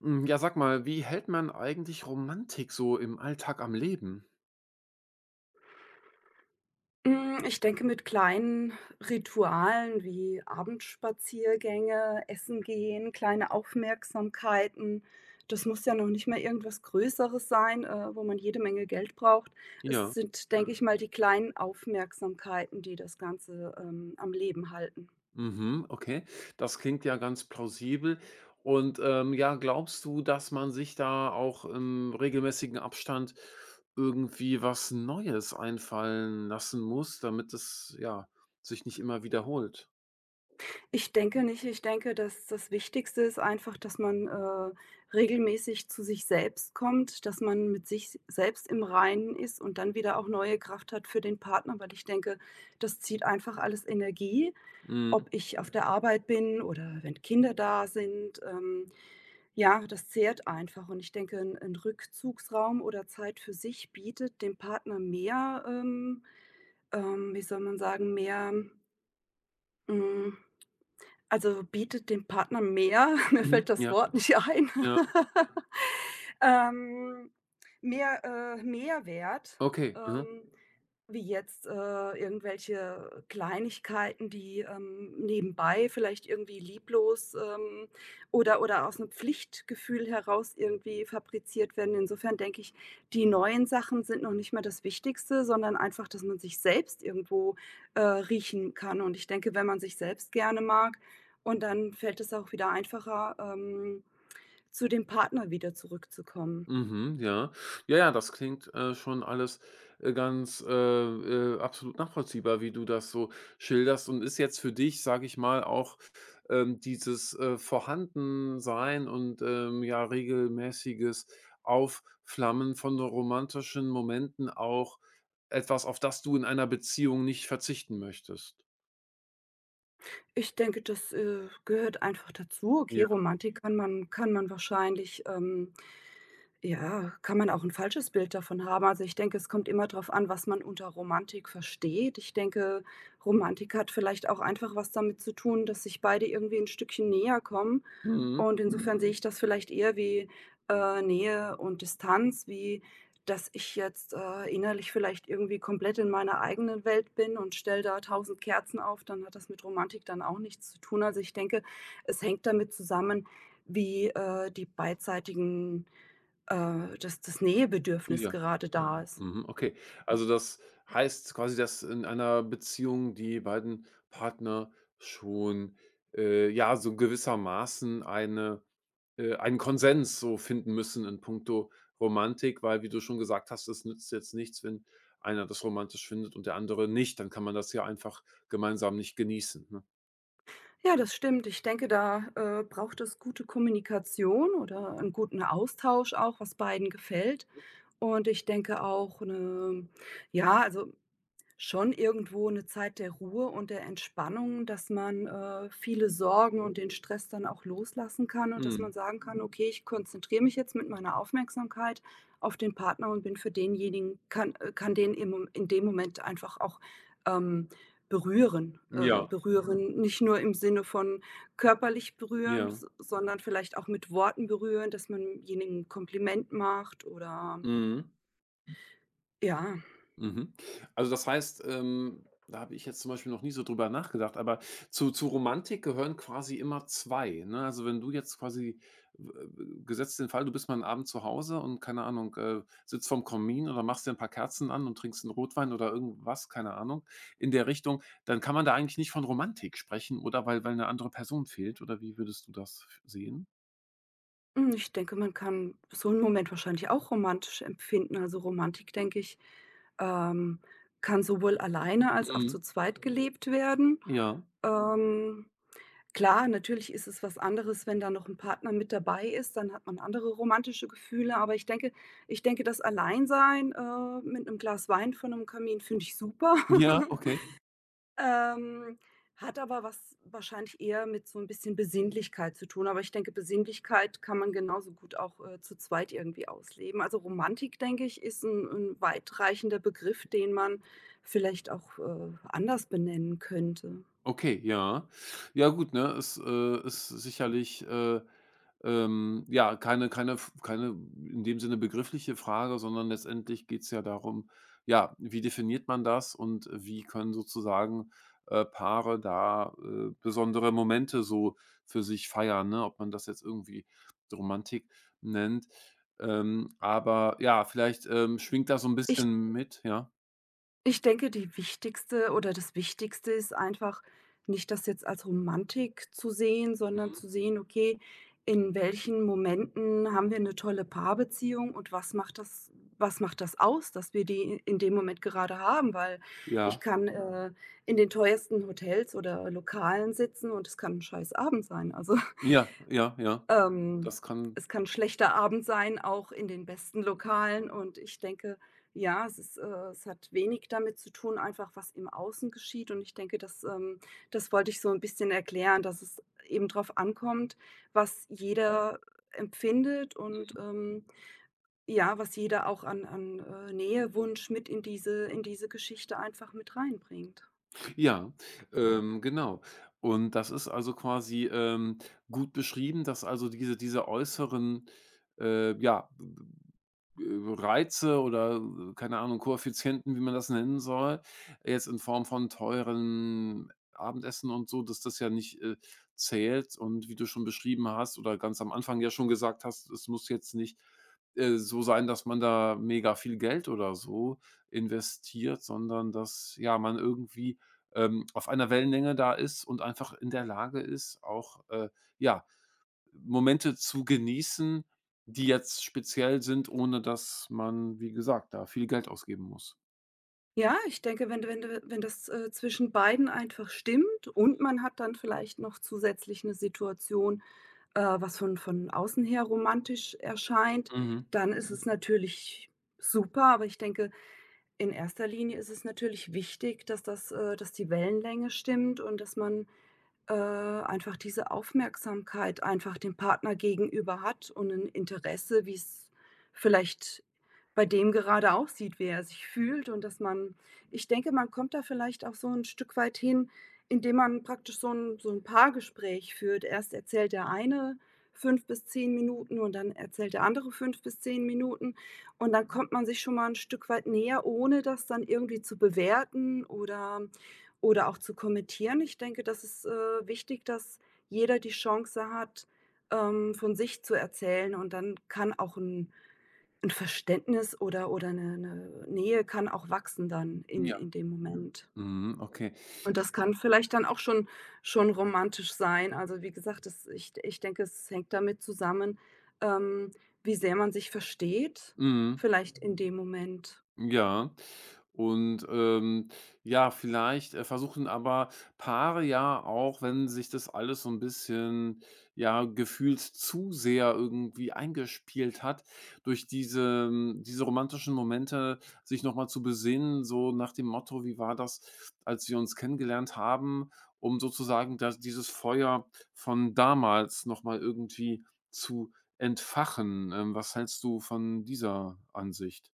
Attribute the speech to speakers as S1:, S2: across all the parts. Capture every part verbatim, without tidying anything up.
S1: Hm, ja, sag mal, wie hält man eigentlich Romantik so im Alltag am Leben?
S2: Hm, ich denke, mit kleinen Ritualen wie Abendspaziergänge, Essen gehen, kleine Aufmerksamkeiten. Das muss ja noch nicht mal irgendwas Größeres sein, äh, wo man jede Menge Geld braucht. Es
S1: Ja.
S2: sind, denke ich mal, die kleinen Aufmerksamkeiten, die das Ganze, ähm, am Leben halten.
S1: Mhm, okay. Das klingt ja ganz plausibel. Und, ähm, ja, glaubst du, dass man sich da auch im regelmäßigen Abstand irgendwie was Neues einfallen lassen muss, damit es, ja, sich nicht immer wiederholt?
S2: Ich denke nicht. Ich denke, dass das Wichtigste ist einfach, dass man, äh, regelmäßig zu sich selbst kommt, dass man mit sich selbst im Reinen ist und dann wieder auch neue Kraft hat für den Partner, weil ich denke, das zieht einfach alles Energie,
S1: Mhm,
S2: ob ich auf der Arbeit bin oder wenn Kinder da sind. Ähm, ja, das zehrt einfach und ich denke, ein 'n Rückzugsraum oder Zeit für sich bietet dem Partner mehr, ähm ähm, wie soll man sagen, mehr, hm also, bietet dem Partner mehr mir
S1: mhm,
S2: fällt das
S1: ja,
S2: Wort nicht ein.
S1: ja,
S2: Ähm, mehr äh, Mehrwert,
S1: okay. Mhm.
S2: ähm, wie jetzt, äh, irgendwelche Kleinigkeiten, die, ähm, nebenbei vielleicht irgendwie lieblos, ähm, oder oder aus einem Pflichtgefühl heraus irgendwie fabriziert werden. Insofern denke ich, die neuen Sachen sind noch nicht mehr das Wichtigste, sondern einfach, dass man sich selbst irgendwo, äh, riechen kann. Und ich denke, wenn man sich selbst gerne mag, und dann fällt es auch wieder einfacher, ähm, zu dem Partner wieder zurückzukommen.
S1: Mhm, ja. Ja, ja, das klingt, äh, schon alles, äh, ganz, äh, äh, absolut nachvollziehbar, wie du das so schilderst und ist jetzt für dich, sage ich mal, auch, ähm, dieses, äh, Vorhandensein und, ähm, ja, regelmäßiges Aufflammen von so romantischen Momenten auch etwas, auf das du in einer Beziehung nicht verzichten möchtest?
S2: Ich denke, das, äh, gehört einfach dazu. Okay,
S1: Ja.
S2: Romantik kann man kann man wahrscheinlich, ähm ja, kann man auch ein falsches Bild davon haben. Also, ich denke, es kommt immer darauf an, was man unter Romantik versteht. Ich denke, Romantik hat vielleicht auch einfach was damit zu tun, dass sich beide irgendwie ein Stückchen näher kommen.
S1: Mhm,
S2: Und insofern sehe ich das vielleicht eher wie, äh, Nähe und Distanz, wie dass ich jetzt, äh, innerlich vielleicht irgendwie komplett in meiner eigenen Welt bin und stelle da tausend Kerzen auf, dann hat das mit Romantik dann auch nichts zu tun. Also, ich denke, es hängt damit zusammen, wie, äh, die beidseitigen äh, das das Nähebedürfnis
S1: ja.
S2: gerade da ist.
S1: Mhm, okay. Also, das heißt quasi, dass in einer Beziehung die beiden Partner schon, äh, ja, so gewissermaßen eine äh, einen Konsens so finden müssen in puncto Romantik, weil, wie du schon gesagt hast, es nützt jetzt nichts, wenn einer das romantisch findet und der andere nicht, dann kann man das ja einfach gemeinsam nicht genießen, ne?
S2: Ja, das stimmt. Ich denke, da, äh, braucht es gute Kommunikation oder einen guten Austausch auch, was beiden gefällt. Und ich denke auch 'ne ja, also schon irgendwo eine Zeit der Ruhe und der Entspannung, dass man, äh, viele Sorgen und den Stress dann auch loslassen kann und dass
S1: Mhm.
S2: man sagen kann: „Okay, ich konzentriere mich jetzt mit meiner Aufmerksamkeit auf den Partner und bin für denjenigen kann äh, kann den im Mom in dem Moment einfach auch, ähm, berühren.“ Äh,
S1: Ja,
S2: berühren nicht nur im Sinne von körperlich berühren,
S1: ja.
S2: s sondern vielleicht auch mit Worten berühren, dass man jenigen 'n Kompliment macht oder
S1: Mhm.
S2: ja,
S1: Mhm. Also, das heißt, ähm, da habe ich jetzt zum Beispiel noch nie so drüber nachgedacht, aber zu zu Romantik gehören quasi immer zwei, ne? Also, wenn du jetzt quasi w w gesetzt den Fall, du bist mal einen Abend zu Hause und, keine Ahnung, äh, sitzt vorm Kamin oder machst dir ein paar Kerzen an und trinkst einen Rotwein oder irgendwas, keine Ahnung, in der Richtung, dann kann man da eigentlich nicht von Romantik sprechen, oder? Weil weil eine andere Person fehlt, oder wie würdest du das f sehen?
S2: hm, ich denke, man kann so einen Moment wahrscheinlich auch romantisch empfinden. Also, Romantik, denke ich, ähm, kann sowohl alleine als auch
S1: Mhm.
S2: zu zweit gelebt werden.
S1: Ja.
S2: Ähm, klar, natürlich ist es was anderes, wenn da noch ein Partner mit dabei ist, dann hat man andere romantische Gefühle, aber ich denke ich denke, das Alleinsein, äh, mit einem Glas Wein vor einem Kamin finde ich super.
S1: Ja, okay.
S2: Ähm, hat aber was wahrscheinlich eher mit so ein bisschen Besinnlichkeit zu tun, aber ich denke, Besinnlichkeit kann man genauso gut auch, äh, zu zweit irgendwie ausleben. Also, Romantik, denke ich, ist ein 'n weitreichender Begriff, den man vielleicht auch, äh, anders benennen könnte.
S1: Okay, ja. Ja gut, ne, ist, äh ist sicherlich, äh Ähm, ja, keine keine keine in dem Sinne begriffliche Frage, sondern letztendlich geht's ja darum, ja, wie definiert man das und wie können sozusagen, äh, Paare da, äh, besondere Momente so für sich feiern, ne? Ob man das jetzt irgendwie Romantik nennt. Ähm, aber ja, vielleicht, ähm, schwingt da so ein
S2: Ich
S1: bisschen mit, ja?
S2: Ich denke, die wichtigste oder das Wichtigste ist einfach, nicht das jetzt als Romantik zu sehen, sondern
S1: Mhm.
S2: zu sehen, okay, in welchen Momenten haben wir eine tolle Paarbeziehung und was macht das was macht das aus, dass wir die in dem Moment gerade haben? Weil ich
S1: Ja,
S2: kann, äh, in den teuersten Hotels oder Lokalen sitzen und es kann ein scheiß Abend sein. Also
S1: ja, ja, ja.
S2: ähm,
S1: Das kann
S2: es kann schlechter Abend sein, auch in den besten Lokalen und ich denke, ja, es ist äh, es hat wenig damit zu tun, einfach was im Außen geschieht und ich denke, das ähm, das wollte ich so ein bisschen erklären, dass es eben darauf ankommt, was jeder empfindet und, ähm, ja, was jeder auch an an, äh, Nähe, Wunsch mit in diese in diese Geschichte einfach mit reinbringt.
S1: Ja, ähm, genau. Und das ist also quasi, ähm, gut beschrieben, dass also diese diese äußeren, äh, ja, äh, Reize oder, äh, keine Ahnung, Koeffizienten, wie man das nennen soll, jetzt in Form von teuren Abendessen und so, dass das ja nicht, äh, zählt. Und wie du schon beschrieben hast oder ganz am Anfang ja schon gesagt hast, es muss jetzt nicht, äh, so sein, dass man da mega viel Geld oder so investiert, sondern dass, ja, man irgendwie ähm, auf einer Wellenlänge da ist und einfach in der Lage ist, auch, äh, ja, Momente zu genießen, die jetzt speziell sind, ohne dass man, wie gesagt, da viel Geld ausgeben muss.
S2: Ja, ich denke, wenn wenn äh, wenn das, äh, zwischen beiden einfach stimmt und man hat dann vielleicht noch zusätzlich eine Situation, äh, was von von außen her romantisch erscheint,
S1: Mhm.
S2: dann ist es natürlich super. Aber ich denke, in erster Linie ist es natürlich wichtig, dass das äh, dass die Wellenlänge stimmt und dass man äh, einfach diese Aufmerksamkeit einfach dem Partner gegenüber hat und ein Interesse, wie es vielleicht bei dem gerade aussieht, wie er sich fühlt und dass man ich denke, man kommt da vielleicht auch so ein Stück weit hin, indem man praktisch so ein so 'n Paargespräch führt. Erst erzählt der eine fünf bis zehn Minuten und dann erzählt der andere fünf bis zehn Minuten und dann kommt man sich schon mal ein Stück weit näher, ohne das dann irgendwie zu bewerten oder oder auch zu kommentieren. Ich denke, das ist, äh, wichtig, dass jeder die Chance hat, ähm, von sich zu erzählen und dann kann auch ein 'n Verständnis oder oder eine 'ne Nähe kann auch wachsen dann in
S1: Ja.
S2: in dem Moment.
S1: Mhm, okay.
S2: Und das kann vielleicht dann auch schon schon romantisch sein. Also, wie gesagt, das ich ich denke, es hängt damit zusammen, ähm, wie sehr man sich versteht
S1: Mhm.
S2: vielleicht in dem Moment.
S1: Ja. Und, ähm, ja, vielleicht, äh, versuchen aber Paare ja auch, wenn sich das alles so ein bisschen, ja, gefühlt zu sehr irgendwie eingespielt hat, durch diese ähm, diese romantischen Momente sich noch mal zu besinnen, so nach dem Motto: „Wie war das, als wir uns kennengelernt haben?“ Um sozusagen das dieses Feuer von damals noch mal irgendwie zu entfachen. Ähm, was hältst du von dieser Ansicht?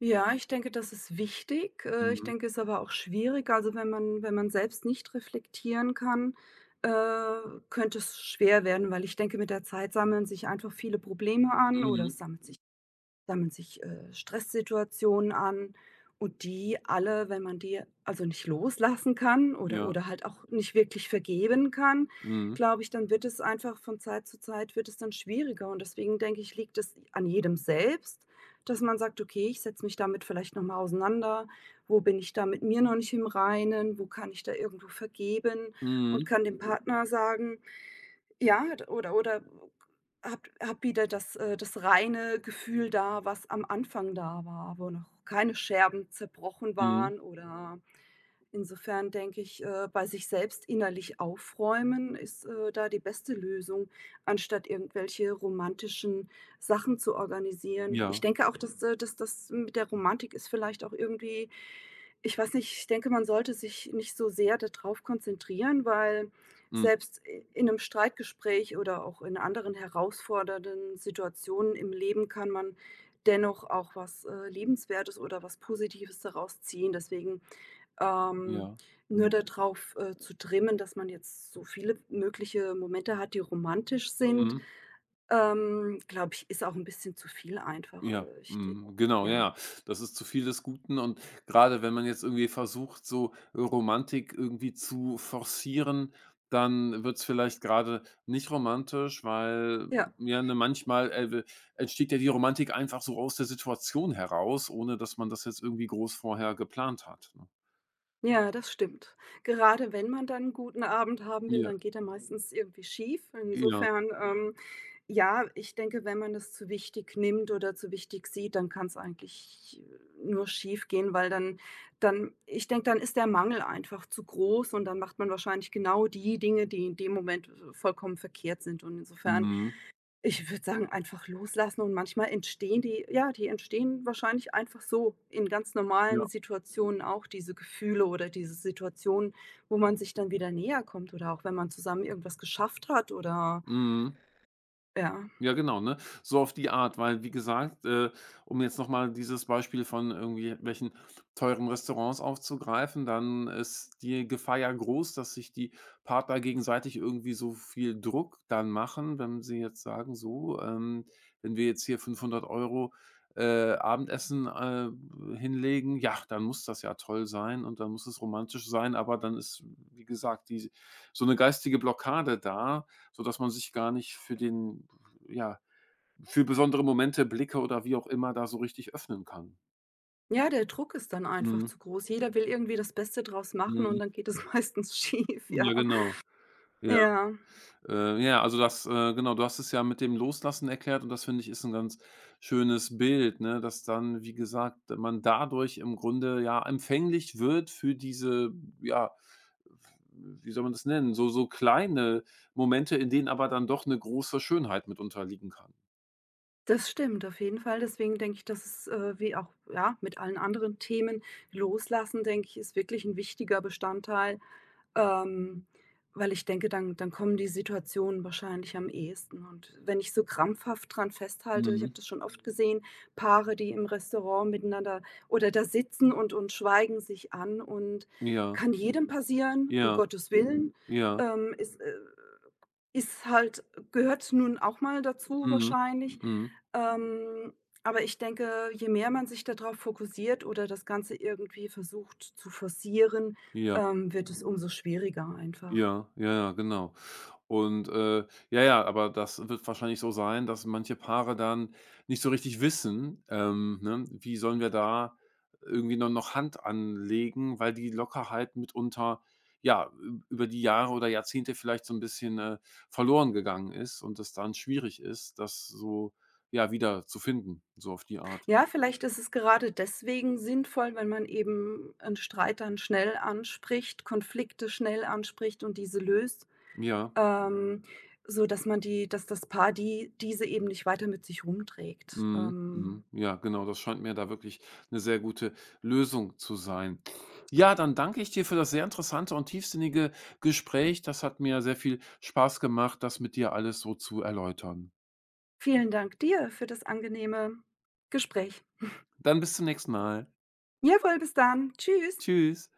S2: Ja, ich denke, das ist wichtig. Äh, ich denke, es ist aber auch schwierig. Also, wenn man wenn man selbst nicht reflektieren kann, äh, könnte es schwer werden, weil ich denke, mit der Zeit sammeln sich einfach viele Probleme an oder
S1: Mhm.
S2: es sammelt sich sammeln sich, äh, Stresssituationen an und die alle, wenn man die also nicht loslassen kann oder
S1: Ja.
S2: oder halt auch nicht wirklich vergeben kann,
S1: Mhm.
S2: glaube ich, dann wird es einfach von Zeit zu Zeit wird es dann schwieriger und deswegen denke ich, liegt es an jedem selbst, dass man sagt: „Okay, ich setze mich damit vielleicht noch mal auseinander. Wo bin ich da mit mir noch nicht im Reinen? Wo kann ich da irgendwo vergeben?“ Und
S1: Mhm.
S2: kann dem Partner sagen: ja, oder oder hab hab wieder das äh, das reine Gefühl da, was am Anfang da war, wo noch keine Scherben zerbrochen
S1: Mhm.
S2: waren oder insofern denke ich, äh, bei sich selbst innerlich aufräumen ist, äh, da die beste Lösung, anstatt irgendwelche romantischen Sachen zu organisieren. Ich
S1: Ja.
S2: denke auch, dass, äh, dass das mit der Romantik ist vielleicht auch irgendwie ich weiß nicht, ich denke, man sollte sich nicht so sehr darauf konzentrieren, weil
S1: Mhm.
S2: selbst i in einem Streitgespräch oder auch in anderen herausfordernden Situationen im Leben kann man dennoch auch was, äh, Liebenswertes oder was Positives daraus ziehen. Deswegen ähm,
S1: Ja.
S2: nur darauf äh, zu trimmen, dass man jetzt so viele mögliche Momente hat, die romantisch sind,
S1: Mhm.
S2: ähm, glaube ich, ist auch ein bisschen zu viel einfach.
S1: Ja.
S2: Äh, ich d
S1: Mhm. Genau, ja.
S2: ja,
S1: Ja. Das ist zu viel des Guten und gerade wenn man jetzt irgendwie versucht, so Romantik irgendwie zu forcieren, dann wird's vielleicht gerade nicht romantisch, weil,
S2: ja,
S1: ja, ne, manchmal, äh, entsteht ja die Romantik einfach so aus der Situation heraus, ohne dass man das jetzt irgendwie groß vorher geplant hat, ne?
S2: ja, das stimmt. Gerade wenn man dann 'n guten Abend haben will,
S1: Ja,
S2: dann geht er meistens irgendwie schief.
S1: ja.
S2: Insofern, ähm ja, ich denke, wenn man es zu wichtig nimmt oder zu wichtig sieht, dann kann es eigentlich äh, nur schief gehen, weil dann dann ich denke, dann ist der Mangel einfach zu groß und dann macht man wahrscheinlich genau die Dinge, die in dem Moment äh, vollkommen verkehrt sind und insofern,
S1: Mhm.
S2: ich würde sagen, einfach loslassen und manchmal entstehen die ja, die entstehen wahrscheinlich einfach so in ganz normalen
S1: Ja.
S2: Situationen auch diese Gefühle oder diese Situationen, wo man sich dann wieder näher kommt oder auch wenn man zusammen irgendwas geschafft hat oder
S1: Mhm.
S2: ja.
S1: Ja, genau, ne? So auf die Art, weil wie gesagt, äh, um jetzt noch mal dieses Beispiel von irgendwie welchen teuren Restaurants aufzugreifen, dann ist die Gefahr ja groß, dass sich die Partner gegenseitig irgendwie so viel Druck dann machen, wenn sie jetzt sagen, so, ähm, wenn wir jetzt hier fünfhundert Euro äh, Abendessen äh, hinlegen, ja, dann muss das ja toll sein und dann muss es romantisch sein, aber dann ist, wie gesagt, die so eine geistige Blockade da, sodass man sich gar nicht für den ja, für besondere Momente, Blicke oder wie auch immer da so richtig öffnen kann.
S2: Ja, der Druck ist dann einfach
S1: Mhm,
S2: zu groß. Jeder will irgendwie das Beste draus machen
S1: mhm.
S2: und dann geht es meistens schief, ja.
S1: Ja, genau. Ja,
S2: Ja,
S1: äh, ja, also das äh, genau, du hast es ja mit dem Loslassen erklärt und das finde ich ist ein ganz schönes Bild, ne, dass dann, wie gesagt, man dadurch im Grunde, ja, empfänglich wird für diese, ja, wie soll man das nennen, so so kleine Momente, in denen aber dann doch eine große Schönheit mit unterliegen kann.
S2: das stimmt auf jeden Fall. Deswegen denke ich, dass es, äh, wie auch, ja, mit allen anderen Themen loslassen, denke ich, ist wirklich ein wichtiger Bestandteil. Ähm, weil ich denke, dann dann kommen die Situationen wahrscheinlich am ehesten. Und wenn ich so krampfhaft dran festhalte ich
S1: Mhm.
S2: habe das schon oft gesehen, Paare, die im Restaurant miteinander oder da sitzen und und schweigen sich an und
S1: Ja,
S2: kann jedem passieren, um
S1: ja,
S2: Gottes Willen.
S1: ja.
S2: Ähm, ist, äh ist halt gehört nun auch mal dazu
S1: Mhm.
S2: wahrscheinlich.
S1: Mhm.
S2: Ähm, aber ich denke, je mehr man sich darauf fokussiert oder das Ganze irgendwie versucht zu forcieren,
S1: Ja.
S2: ähm, wird es umso schwieriger einfach.
S1: Ja, ja, ja, genau. Und, äh, ja, ja, aber das wird wahrscheinlich so sein, dass manche Paare dann nicht so richtig wissen, ähm, ne, wie sollen wir da irgendwie dann noch Hand anlegen, weil die Lockerheit mitunter, ja, ü über die Jahre oder Jahrzehnte vielleicht so ein bisschen, äh, verloren gegangen ist und es dann schwierig ist, das so, ja, wieder zu finden, so auf die Art.
S2: Ja, vielleicht ist es gerade deswegen sinnvoll, wenn man eben einen Streit dann schnell anspricht, Konflikte schnell anspricht und diese löst,
S1: Ja.
S2: ähm, so dass man die dass das Paar die diese eben nicht weiter mit sich rumträgt.
S1: Mhm,
S2: Ähm,
S1: mhm. Ja, genau, das scheint mir da wirklich eine sehr gute Lösung zu sein. Ja, dann danke ich dir für das sehr interessante und tiefsinnige Gespräch. Das hat mir sehr viel Spaß gemacht, das mit dir alles so zu erläutern.
S2: vielen Dank dir für das angenehme Gespräch.
S1: Dann bis zum nächsten Mal.
S2: Jawohl, bis dann. Tschüss.
S1: Tschüss.